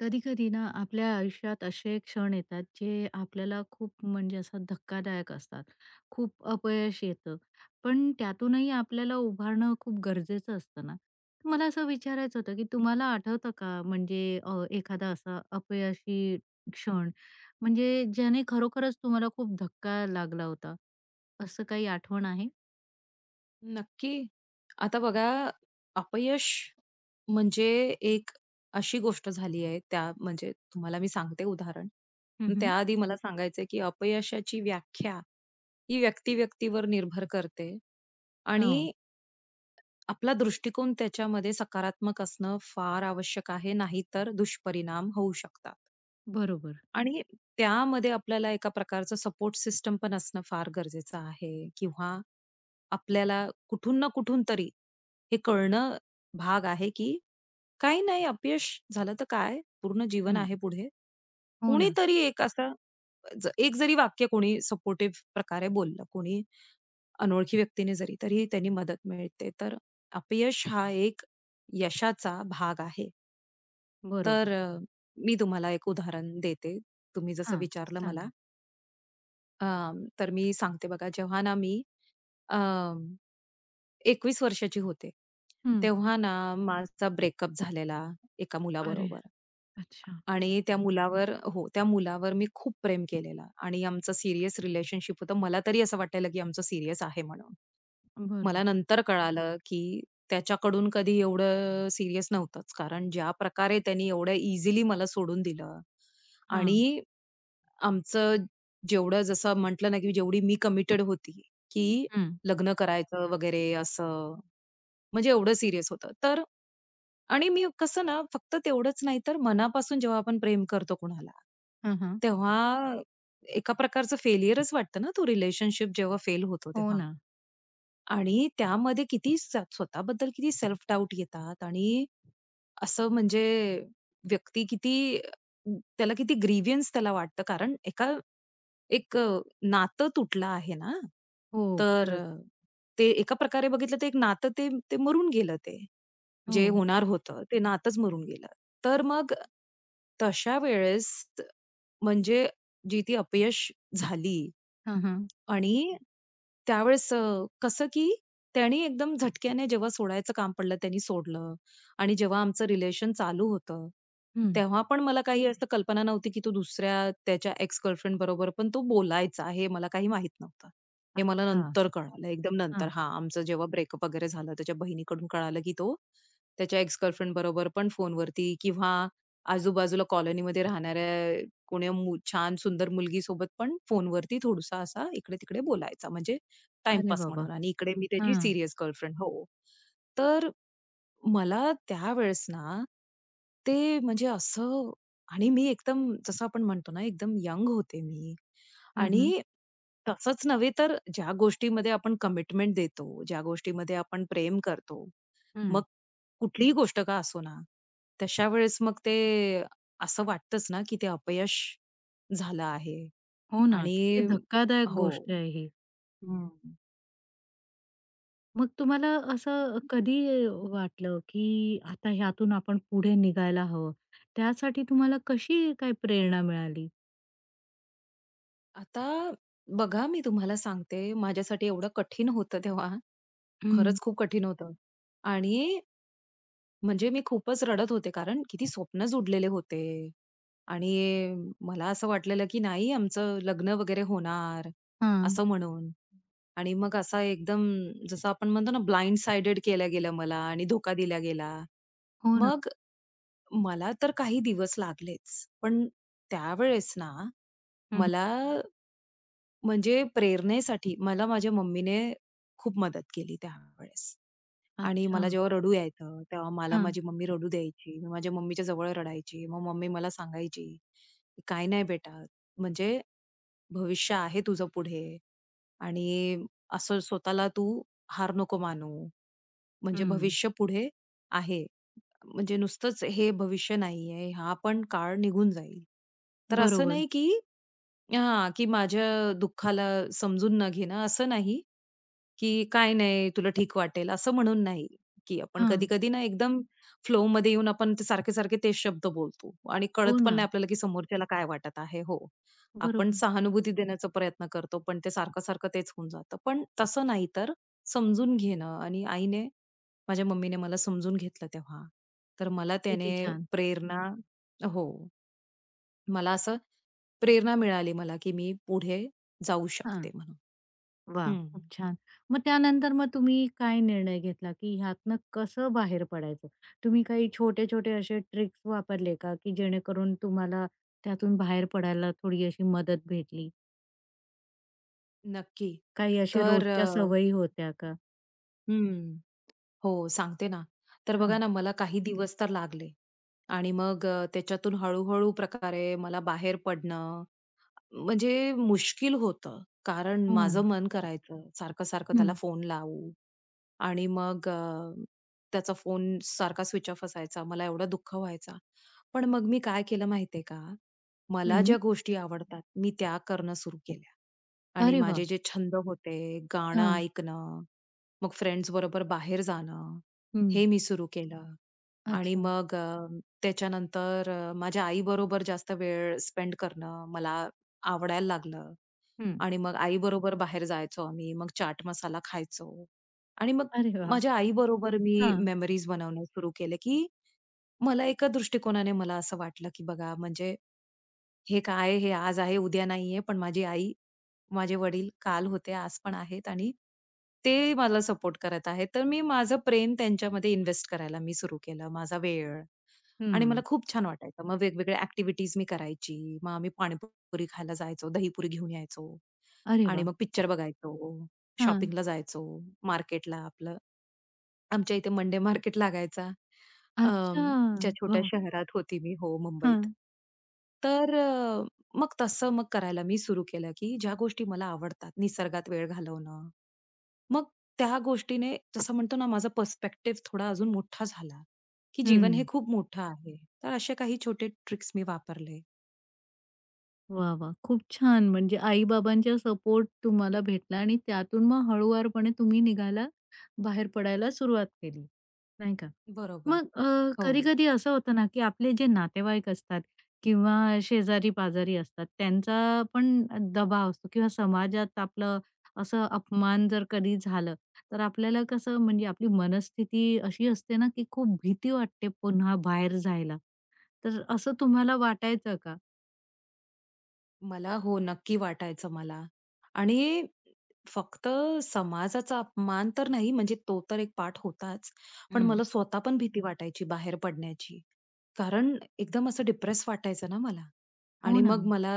कधी-कधी ना आपल्या आयुष्यात असे क्षण येतात जे आपल्याला खूप म्हणजे असा धक्कादायक असतात. खूप अपयश येतं. पण त्यातूनही आपल्याला उभारणं खूप गरजेचं असतं ना. तर मला असं विचारायचं होतं की तुम्हाला आठवतं का म्हणजे एखादा असा अपयशी क्षण म्हणजे ज्याने खरोखरच तुम्हाला खूप धक्का लागला होता? असं काही आठवण आहे? नक्की. आता बघा, अपयश म्हणजे एक अशी गोष्ट झाली आहे, त्या म्हणजे तुम्हाला मी सांगते उदाहरण. पण हं. त्याआधी मला सांगायचंय, की अपयशाची व्याख्या ही व्यक्ती-व्यक्तीवर निर्भर करते हो. आणि आपला दृष्टिकोन त्याच्यामध्ये सकारात्मक असणं फार आवश्यक आहे, नाहीतर दुष्परिणाम होऊ शकतात. बरोबर. आणि त्यामध्ये आपल्याला एका प्रकारचं सपोर्ट सिस्टम पण असणं फार गरजेचं आहे किंवा आपल्याला कुठून ना कुठून तरी हे कळणं भाग आहे, की काही नाही अपयश झालं तर काय? पूर्ण जीवन हं. आहे पुढे. हो ना. कोणीतरी एक असं एक जरी वाक्य कोणी सपोर्टिव्ह प्रकारे बोललं, कोणी अनोळखी व्यक्तीने जरी, तरी त्यांनी मदत मिळते. तर अपयश हा एक यशाचा भाग आहे. तर बरोबर. मी तुम्हाला एक उदाहरण देते. तुम्ही जसं हां, विचारलं मला. सांगा. अ, तर मी सांगते बघा, जेव्हा ना मी 21 वर्षाची होते. हं. तेव्हा ना माझा ब्रेकअप झालेला एका अरे! मुलाबरोबर अच्छा. आणि त्या मुलावर मी खूप प्रेम केलेला आणि आमचं सीरियस रिलेशनशिप होतं. मला तरी असं वाटायला, की आमचं सीरियस आहे म्हणून. बरं. मला नंतर कळालं, की त्याच्याकडून कधी एवढं सीरियस नव्हतंच. कारण ज्या प्रकारे त्यानी एवढ्या इझिली मला सोडून दिलं हां. आणि आमचं जेवढं जसं म्हटलं ना, की जेवढी मी कमिटेड होती, की हं. लग्न करायचं वगैरे असं म्हणजे एवढं सीरियस होतं. तर आणि मी कसं ना, फक्त तेवढंच नाही तर मनापासून जेव्हा आपण प्रेम करतो कुणाला, हां, हां. तेव्हा एका प्रकारचं फेल्युअरच वाटतं ना, तो रिलेशनशिप जेव्हा फेल होतो हो तेव्हा. ना. आणि त्यामध्ये किती स्वतःबद्दल किती सेल्फ डाउट येतात आणि असं म्हणजे व्यक्ती किती त्याला किती ग्रीव्हन्स त्याला वाटतं. कारण एक अ, नातं तुटलं आहे ना. हो, तर खरंच. ते एका प्रकारे बघितलं तर एक नातं ते ते मरून गेलं ते. हो. जे होणार होतं, ते नातंच मरून गेलं. तर मग तशा वेळेस म्हणजे जी ती अपयश झाली, हां, हां. आणि त्यावेळेस कसं की त्यानी एकदम झटक्याने जेव्हा सोडायचं काम पडलं, त्यांनी सोडलं आणि जेव्हा आमचं रिलेशन चालू होतं, हं. तेव्हा पण मला काही असं कल्पना नव्हती, की तो दुसऱ्या त्याच्या एक्स गर्लफ्रेंड बरोबर पण तो बोलायचा, हे मला काही माहीत नव्हतं. हे मला अच्छा. नंतर कळालं, एकदम नंतर हां. हां, आमचं जेव्हा ब्रेकअप वगैरे झालं, त्याच्या बहिणीकडून कळालं, की तो त्याच्या एक्स गर्लफ्रेंड बरोबर पण फोनवरती किंवा आजूबाजूला कॉलनीमध्ये राहणाऱ्या कोण्या छान सुंदर मुलगीसोबत पण फोनवरती थोडासा असा इकडे-तिकडे बोलायचा, म्हणजे अरे टाईमपास बाबा! म्हणून आणि इकडे मी त्याची हां. सीरियस गर्लफ्रेंड हो. तर मला त्यावेळेस ना, ते म्हणजे असं आणि मी एकदम जसं आपण म्हणतो ना, एकदम यंग होते मी हं, हं. आणि तसंच नव्हे तर ज्या गोष्टीमध्ये आपण कमिटमेंट देतो, ज्या गोष्टीमध्ये आपण प्रेम करतो, हं. मग कुठलीही गोष्ट का असो ना, तशा वेळेस मग ते असं वाटतंच ना, की ते अपयश झालं आहे हो ना, किती आणि धक्कादायक हो. गोष्ट आहे ही. हं. मग तुम्हाला असं कधी वाटलं, की आता ह्यातून आपण पुढे निघायला हवं? त्यासाठी तुम्हाला कशी काय प्रेरणा मिळाली? आता बघा, मी तुम्हाला सांगते, माझ्यासाठी एवढं कठीण होतं तेव्हा, हं. खरंच खूप कठीण होतं आणि म्हणजे मी खूपच रडत होते, कारण किती स्वप्न जुडलेले होते आणि मला असं वाटलेलं, की नाही आमचं लग्न वगैरे होणार, हां. असं म्हणून आणि मग असा एकदम जसं आपण म्हणतो ना, ब्लाइंड साइडेड केलं गेलं मला आणि धोका दिला गेला. हो ना. मग मला तर काही दिवस लागलेच. पण त्यावेळेस ना, हं, हं. मला म्हणजे प्रेरणेसाठी मला माझ्या मम्मीने खूप मदत केली त्यावेळेस. आणि अच्छा. मला जेव्हा रडू यायचं, तेव्हा मला हां. माझी मम्मी रडू द्यायची. मी माझ्या मम्मीच्या जवळ रडायची. मग मम्मी मला सांगायची, की "काही नाही बेटा, म्हणजे भविष्य आहे तुझं पुढे आणि असं स्वतःला तू हार नको मानू. म्हणजे हं. भविष्य पुढे आहे." म्हणजे नुसतंच हे भविष्य नाहीये, हा पण काळ निघून जाईल. तर असं बरोबर. नाही की हां, की माझ्या दुःखाला समजून न घेणं, असं नाही की "काय नाही, तुला ठीक वाटेल," असं म्हणून नाही, की आपण हां. कधी-कधी ना एकदम फ्लोमध्ये येऊन आपण ते सारखे-सारखे तेच शब्द बोलतो आणि हो कळत पण ना. नाही आपल्याला की समोरच्याला काय वाटत आहे. हो, आपण बरोबर. सहानुभूती देण्याचा प्रयत्न करतो, पण ते सारखं-सारखं तेच होऊन जातं. पण तसं नाही, तर समजून घेणं आणि माझ्या मम्मीने मला समजून घेतलं तेव्हा. तर मला त्याने किती छान. प्रेरणा हो. मला असं प्रेरणा मिळाली मला, की मी पुढे जाऊ हां. शकते म्हणून. वाह! हं. खूप छान. मग त्यानंतर मग तुम्ही काय निर्णय घेतला, की ह्यातनं कसं बाहेर पडायचं? तुम्ही काही छोटे-छोटे असे ट्रिक्स वापरले का, की जेणेकरून तुम्हाला त्यातून बाहेर पडायला थोडी अशी मदत भेटली? नक्की. काही असे तर रोजच्या सवयी होत्या का? हं. हो, सांगते ना. तर बघा हां. ना, मला काही दिवस तर लागले आणि मग त्याच्यातून हळू-हळू प्रकारे मला बाहेर पडणं म्हणजे मुश्किल होतं. कारण हो ना. माझं मन करायचं सारखं-सारखं त्याला हं, फोन लावू आणि मग त्याचा फोन सारखा स्विच ऑफ असायचा. मला एवढा दुःख व्हायचा. पण मग मी काय केलं माहितीये का? मला हं. ज्या गोष्टी आवडतात, मी त्या करणं सुरू केल्या आणि अरे वाह! माझे जे छंद होते, गाणं हां. ऐकणं, मग फ्रेंड्स बरोबर बाहेर जाणं, हे हं. मी सुरू केलं. आणि अच्छा. मग माझ्या आईबरोबर जास्त वेळ स्पेंड करणं मला आवडायला लागलं. हं. आणि मग आई बरोबर बाहेर जायचो आम्ही. मग चाट मसाला खायचो आणि मग अरे वाह! माझ्या आई बरोबर मी हां. मेमरीज बनवणं सुरू केले की मला एका दृष्टिकोनाने मला असं वाटलं, की बघा म्हणजे हे काय हे आज आहे, उद्या नाहीये. पण माझी आई, माझे वडील काल होते, आज पण आहेत आणि ते मला सपोर्ट करत आहेत. तर मी माझं प्रेम त्यांच्यामध्ये इन्व्हेस्ट करायला मी सुरू केलं, माझा वेळ आणि मला हं. खूप छान वाटायचं. मग वेगवेगळ्या ॲक्टिव्हिटीज मी करायची. मग आम्ही पाणीपुरी खायला जायचो, दहीपुरी घेऊन यायचो. अरे आणि वाह! मग पिक्चर बघायचो, हां. शॉपिंगला जायचो, मार्केटला आपलं आमच्या इथे मंडे मार्केट लागायचा. अच्छा. अं, ज्या छोट्या वाह! शहरात होती मी हो, मुंबईत. हां. तर मग तसं मग करायला मी सुरू केलं, की ज्या गोष्टी मला आवडतात, निसर्गात वेळ घालवणं. मग त्या गोष्टीने जसं म्हणतो ना, माझा पर्स्पेक्टिव्ह थोडा अजून मोठा झाला, की जीवन हे हं. खूप मोठं आहे. तर असे काही छोटे ट्रिक्स मी वापरले. वाह, वाह! खूप छान. म्हणजे आई-बाबांचा सपोर्ट तुम्हाला भेटला आणि त्यातून मग हळूवारपणे तुम्ही निघायला बाहेर पडायला सुरुवात केली, नाही का? बरोबर. मग हो. कधी-कधी असं होतं ना, की आपले जे नातेवाईक असतात किंवा शेजारी-पाजारी असतात, त्यांचा पण दबाव असतो किंवा समाजात आपलं असं अपमान जर कधी झालं, तर आपल्याला कसं म्हणजे आपली मनस्थिती अशी असते ना, की खूप भीती वाटते पुन्हा बाहेर जायला. तर असं तुम्हाला वाटायचं का? मला हो, नक्की वाटायचं मला. आणि फक्त समाजाचा अपमान तर नाही म्हणजे तो तर एक पाठ होताच. पण हं. मला स्वतः पण भीती वाटायची बाहेर पडण्याची. कारण एकदम असं डिप्रेस वाटायचं ना मला. हो आणि ना. मग मला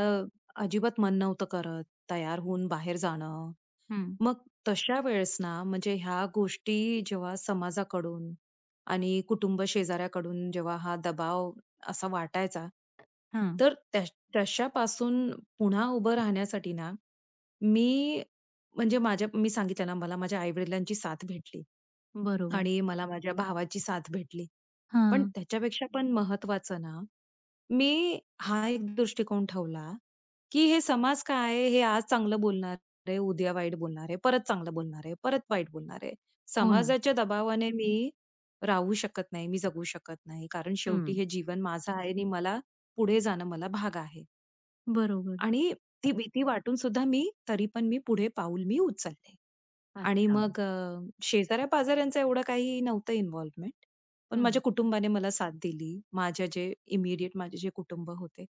अजिबात मन नव्हतं करत तयार होऊन बाहेर जाणं मग तशा वेळेस ना, म्हणजे ह्या गोष्टी जेव्हा समाजाकडून आणि कुटुंब शेजाऱ्याकडून जेव्हा हा दबाव असा वाटायचा, हां, तर त्या तशापासून पुन्हा उभं राहण्यासाठी ना, मी म्हणजे माझ्या मी सांगितलं ना, मला माझ्या आई साथ भेटली बरोबर. आणि मला माझ्या भावाची साथ भेटली. पण हां. त्याच्यापेक्षा पण महत्वाचं ना, मी हा एक दृष्टिकोन ठेवला, की हे समाज काय आहे, हे आज चांगलं बोलणार आहे, उद्या वाईट बोलणार आहे, परत चांगलं बोलणार आहे, परत वाईट बोलणार आहे. हो ना. समाजाच्या दबावाने मी राहू शकत नाही, मी जगू शकत नाही. कारण शेवटी हं. हे जीवन माझं आहे आणि मला पुढे जाणं मला भाग आहे बरोबर. आणि ती भीती वाटून सुद्धा मी तरी पण मी पुढे पाऊल मी उचलले. आणि अच्छा. मग शेजाऱ्या-पाजाऱ्यांचं एवढं काही नव्हतं इन्व्हॉल्वमेंट. पण हं. माझ्या कुटुंबाने मला साथ दिली. माझ्या जे इमिडिएट माझे जे कुटुंब होते.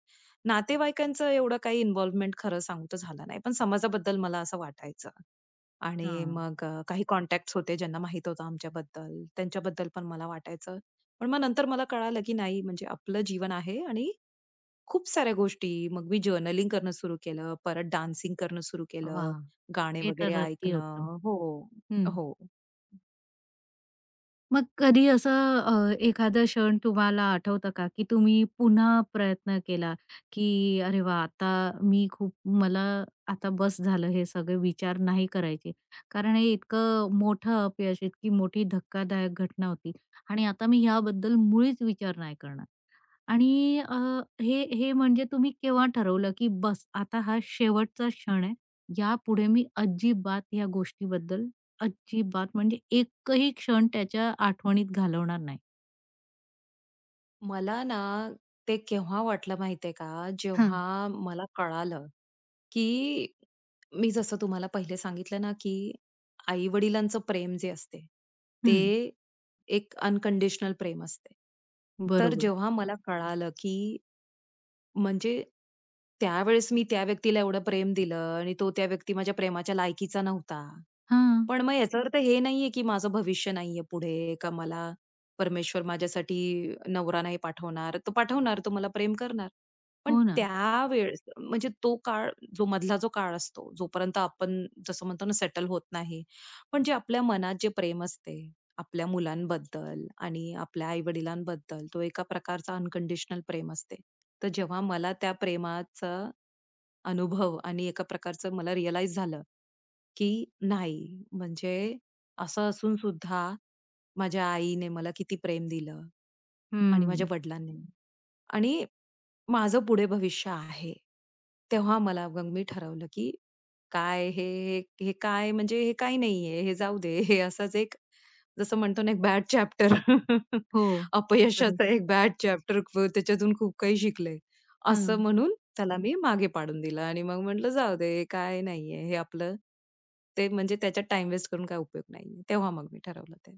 नातेवाईकांचं एवढं काही इन्व्हॉल्वमेंट खरं सांगू तर झालं नाही. पण समाजाबद्दल मला असं वाटायचं आणि हां. मग काही कॉन्टॅक्ट्स होते ज्यांना माहीत होतं आमच्याबद्दल, त्यांच्याबद्दल पण मला वाटायचं. पण मग नंतर मला कळालं, की नाही म्हणजे आपलं जीवन आहे आणि खूप साऱ्या गोष्टी. मग मी जर्नलिंग करणं सुरू केलं. परत डान्सिंग करणं सुरू केलं. वाह! गाणे हे वगैरे तर अतिउत्तम. ऐकणं. हो, हं. हो. मग कधी असं एखादं क्षण तुम्हाला आठवतं का, की तुम्ही पुन्हा प्रयत्न केला, की "अरे वाह! आता मी खूप मला आता बस झालं, हे सगळे विचार नाही करायचे." कारण हे इतकं मोठं अपयश, इतकी मोठी धक्कादायक घटना होती आणि आता मी ह्याबद्दल मुळीच विचार नाही करणार. आणि हे हे म्हणजे तुम्ही केव्हा ठरवलं, की बस आता हा शेवटचा क्षण आहे. यापुढे मी अजिबात या गोष्टीबद्दल अजिबात म्हणजे एकही क्षण त्याच्या आठवणीत घालवणार नाही. मला ना ते केव्हा वाटलं माहितीये का, हां. जेव्हा मला कळालं, की मी जसं तुम्हाला पहिले सांगितलं ना, की आई-वडिलांचं प्रेम जे असते, हं. ते एक अनकंडिशनल प्रेम असते. तर बरोबर. जेव्हा मला कळालं, की म्हणजे त्यावेळेस मी त्या व्यक्तीला एवढं प्रेम दिलं आणि तो त्या व्यक्ती माझ्या प्रेमाच्या लायकीचा नव्हता. हां. पण मग याचा अर्थ हे नाहीये, की माझं भविष्य नाहीये पुढे का मला परमेश्वर माझ्यासाठी नवरा नाही पाठवणार. तो पाठवणार, तो मला प्रेम करणार. पण हो ना. त्यावेळेस म्हणजे तो काळ, जो मधला जो काळ असतो, जोपर्यंत आपण जसं म्हणतो ना सेटल होत नाही. पण जे आपल्या मनात जे प्रेम असते, आपल्या मुलांबद्दल आणि आपल्या आई-वडिलांबद्दल तो एका प्रकारचा अनकंडिशनल प्रेम असते. तर जेव्हा मला त्या प्रेमाचा अनुभव आणि एका प्रकारचं मला रिअलाईज झालं की नाही, म्हणजे असं असून सुद्धा माझ्या आईने मला किती प्रेम दिलं आणि माझ्या हं. वडिलांनी आणि माझं पुढे भविष्य आहे. तेव्हा मला मग मी ठरवलं, की काय हे, हे काय म्हणजे हे काही नाहीये, हे जाऊ दे. हे असाच एक जसं म्हणतो ना, एक बॅड चॅप्टर हो. खरंच. अपयशाचा एक बॅड चॅप्टर त्याच्यातून खूप काही शिकले. असं हां. म्हणून त्याला मी मागे पाडून दिलं आणि मग म्हटलं जाऊ दे, हे काय नाहीये. हे आपलं ते म्हणजे त्याच्यात टाईम वेस्ट करून काही उपयोग नाहीये. तेव्हा मग मी ठरवलं ते.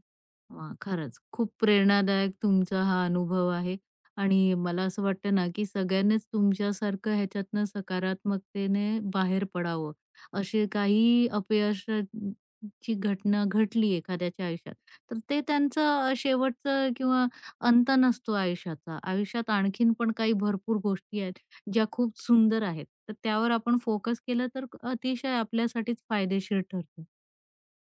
वाह! खरंच खूप प्रेरणादायक तुमचा हा अनुभव आहे आणि मला असं वाटतं ना, की सगळ्यांनीच तुमच्यासारखं ह्याच्यातनं सकारात्मकतेने बाहेर पडावं. अशी काही अपयशाची घटना घडली एखाद्याच्या आयुष्यात, तर ते त्यांचं शेवटचं किंवा अंत नसतो आयुष्याचा. आयुष्यात आणखीन पण काही भरपूर गोष्टी आहेत, ज्या खूप सुंदर आहेत. तर त्यावर आपण फोकस केलं तर अतिशय आपल्यासाठीच फायदेशीर ठरतं.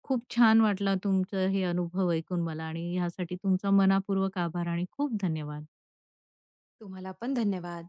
खूप छान वाटला तुमचं हे अनुभव ऐकून मला आणि ह्यासाठी तुमचा मनापूर्वक आभार आणि खूप धन्यवाद. तुम्हाला पण धन्यवाद.